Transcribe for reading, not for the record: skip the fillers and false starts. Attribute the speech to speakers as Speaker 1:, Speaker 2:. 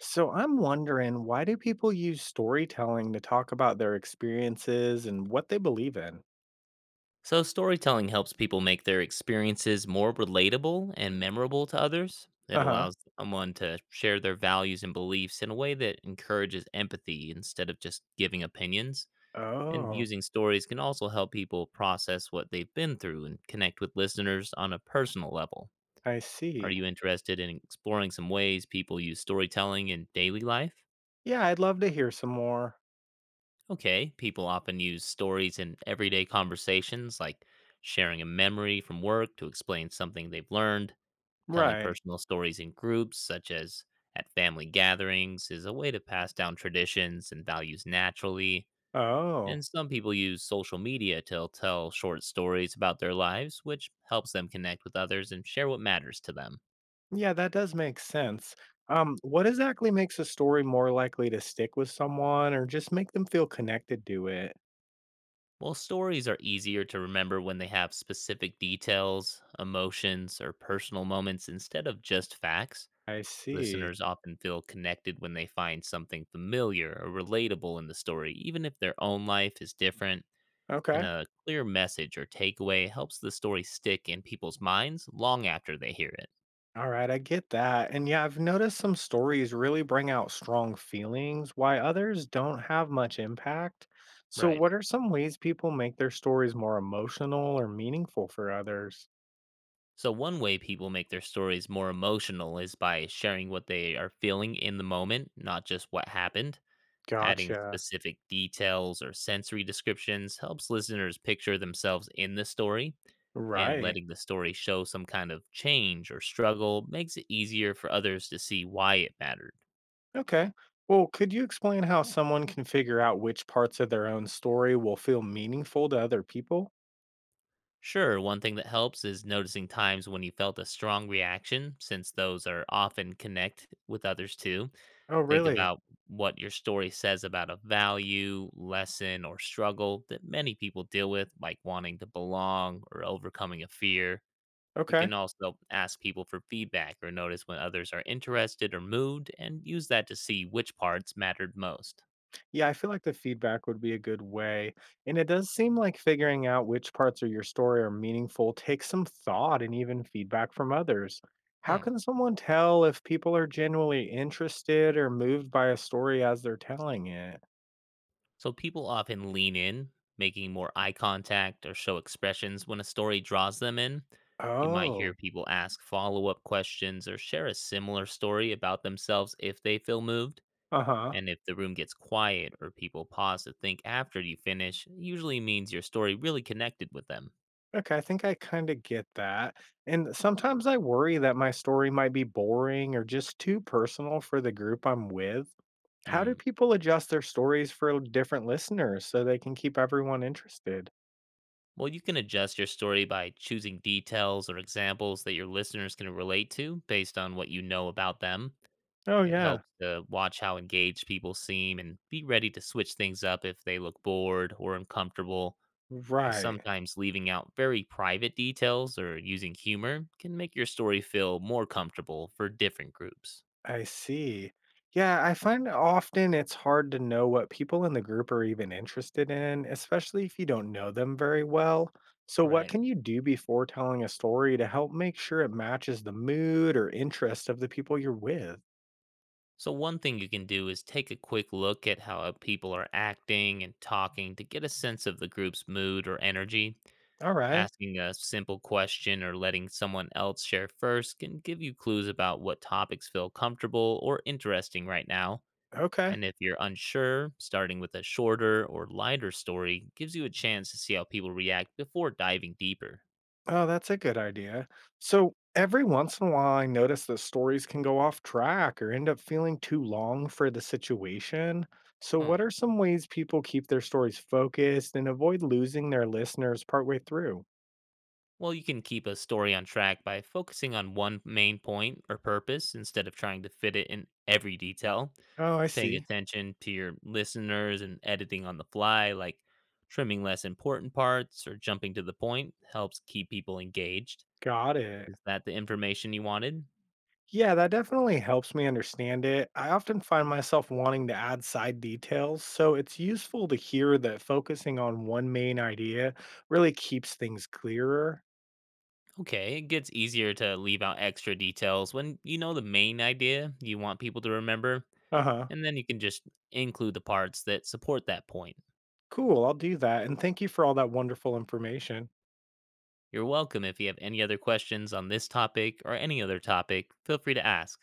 Speaker 1: So I'm wondering, why do people use storytelling to talk about their experiences and what they believe in?
Speaker 2: So, storytelling helps people make their experiences more relatable and memorable to others. It
Speaker 1: Uh-huh.
Speaker 2: allows someone to share their values and beliefs in a way that encourages empathy instead of just giving opinions. And
Speaker 1: Oh,
Speaker 2: using stories can also help people process what they've been through and connect with listeners on a personal level.
Speaker 1: I
Speaker 2: Are
Speaker 1: see.
Speaker 2: you interested in exploring some ways people use storytelling in daily life?
Speaker 1: Yeah, I'd love to hear some more.
Speaker 2: Okay, people often use stories in everyday conversations, like sharing a memory from work to explain something they've learned. Telling
Speaker 1: Right.
Speaker 2: personal stories in groups, such as at family gatherings, is a way to pass down traditions and values naturally.
Speaker 1: Oh.
Speaker 2: And some people use social media to tell short stories about their lives, which helps them connect with others and share what matters to them.
Speaker 1: Yeah, that does make sense. What exactly makes a story more likely to stick with someone or just make them feel connected to it?
Speaker 2: While stories are easier to remember when they have specific details, emotions, or personal moments instead of just facts,
Speaker 1: I see.
Speaker 2: listeners often feel connected when they find something familiar or relatable in the story, even if their own life is different. And
Speaker 1: Okay.
Speaker 2: a clear message or takeaway helps the story stick in people's minds long after they hear it.
Speaker 1: All right, I get that. And yeah, I've noticed some stories really bring out strong feelings, why others don't have much impact. So,
Speaker 2: Right.
Speaker 1: what are some ways people make their stories more emotional or meaningful for others?
Speaker 2: So, one way people make their stories more emotional is by sharing what they are feeling in the moment, not just what happened. Adding
Speaker 1: Gotcha.
Speaker 2: specific details or sensory descriptions helps listeners picture themselves in the story, and
Speaker 1: Right.
Speaker 2: letting the story show some kind of change or struggle makes it easier for others to see why it mattered.
Speaker 1: Okay. Well, could you explain how someone can figure out which parts of their own story will feel meaningful to other people?
Speaker 2: Sure, one thing that helps is noticing times when you felt a strong reaction, since those are often connect with others too.
Speaker 1: Oh,
Speaker 2: Think
Speaker 1: really?
Speaker 2: about what your story says about a value, lesson, or struggle that many people deal with, like wanting to belong or overcoming a fear. You
Speaker 1: Okay.
Speaker 2: can also ask people for feedback or notice when others are interested or moved, and use that to see which parts mattered most.
Speaker 1: Yeah, I feel like the feedback would be a good way. And it does seem like figuring out which parts of your story are meaningful takes some thought and even feedback from others. How
Speaker 2: Hmm.
Speaker 1: can someone tell if people are genuinely interested or moved by a story as they're telling it?
Speaker 2: So people often lean in, making more eye contact or show expressions when a story draws them in. You might hear
Speaker 1: Oh,
Speaker 2: people ask follow up questions or share a similar story about themselves if they feel moved.
Speaker 1: uh huh.
Speaker 2: And if the room gets quiet or people pause to think after you finish, it usually means your story really connected with them.
Speaker 1: Okay, I think I kind of get that. And sometimes I worry that my story might be boring or just too personal for the group I'm with. How do
Speaker 2: Hmm.
Speaker 1: people adjust their stories for different listeners so they can keep everyone interested?
Speaker 2: Well, you can adjust your story by choosing details or examples that your listeners can relate to based on what you know about them.
Speaker 1: Oh,
Speaker 2: It
Speaker 1: yeah.
Speaker 2: helps to watch how engaged people seem and be ready to switch things up if they look bored or uncomfortable. And
Speaker 1: Right.
Speaker 2: sometimes leaving out very private details or using humor can make your story feel more comfortable for different groups.
Speaker 1: I see. Yeah, I find often it's hard to know what people in the group are even interested in, especially if you don't know them very well. So, what
Speaker 2: Right.
Speaker 1: can you do before telling a story to help make sure it matches the mood or interest of the people you're with?
Speaker 2: So, one thing you can do is take a quick look at how people are acting and talking to get a sense of the group's mood or energy.
Speaker 1: All right.
Speaker 2: Asking a simple question or letting someone else share first can give you clues about what topics feel comfortable or interesting right now.
Speaker 1: Okay.
Speaker 2: And if you're unsure, starting with a shorter or lighter story gives you a chance to see how people react before diving deeper.
Speaker 1: Oh, that's a good idea. So, every once in a while, I notice that stories can go off track or end up feeling too long for the situation. So,
Speaker 2: Huh.
Speaker 1: what are some ways people keep their stories focused and avoid losing their listeners partway through?
Speaker 2: Well, you can keep a story on track by focusing on one main point or purpose instead of trying to fit it in every detail.
Speaker 1: Oh, I
Speaker 2: Paying
Speaker 1: see.
Speaker 2: attention to your listeners and editing on the fly, like trimming less important parts or jumping to the point, helps keep people engaged.
Speaker 1: Got it.
Speaker 2: Is that the information you wanted?
Speaker 1: Yeah, that definitely helps me understand it. I often find myself wanting to add side details, so it's useful to hear that focusing on one main idea really keeps things clearer.
Speaker 2: Okay, it gets easier to leave out extra details when you know the main idea you want people to remember,
Speaker 1: Uh huh.
Speaker 2: and then you can just include the parts that support that point.
Speaker 1: Cool, I'll do that, and thank you for all that wonderful information.
Speaker 2: You're welcome. If you have any other questions on this topic or any other topic, feel free to ask.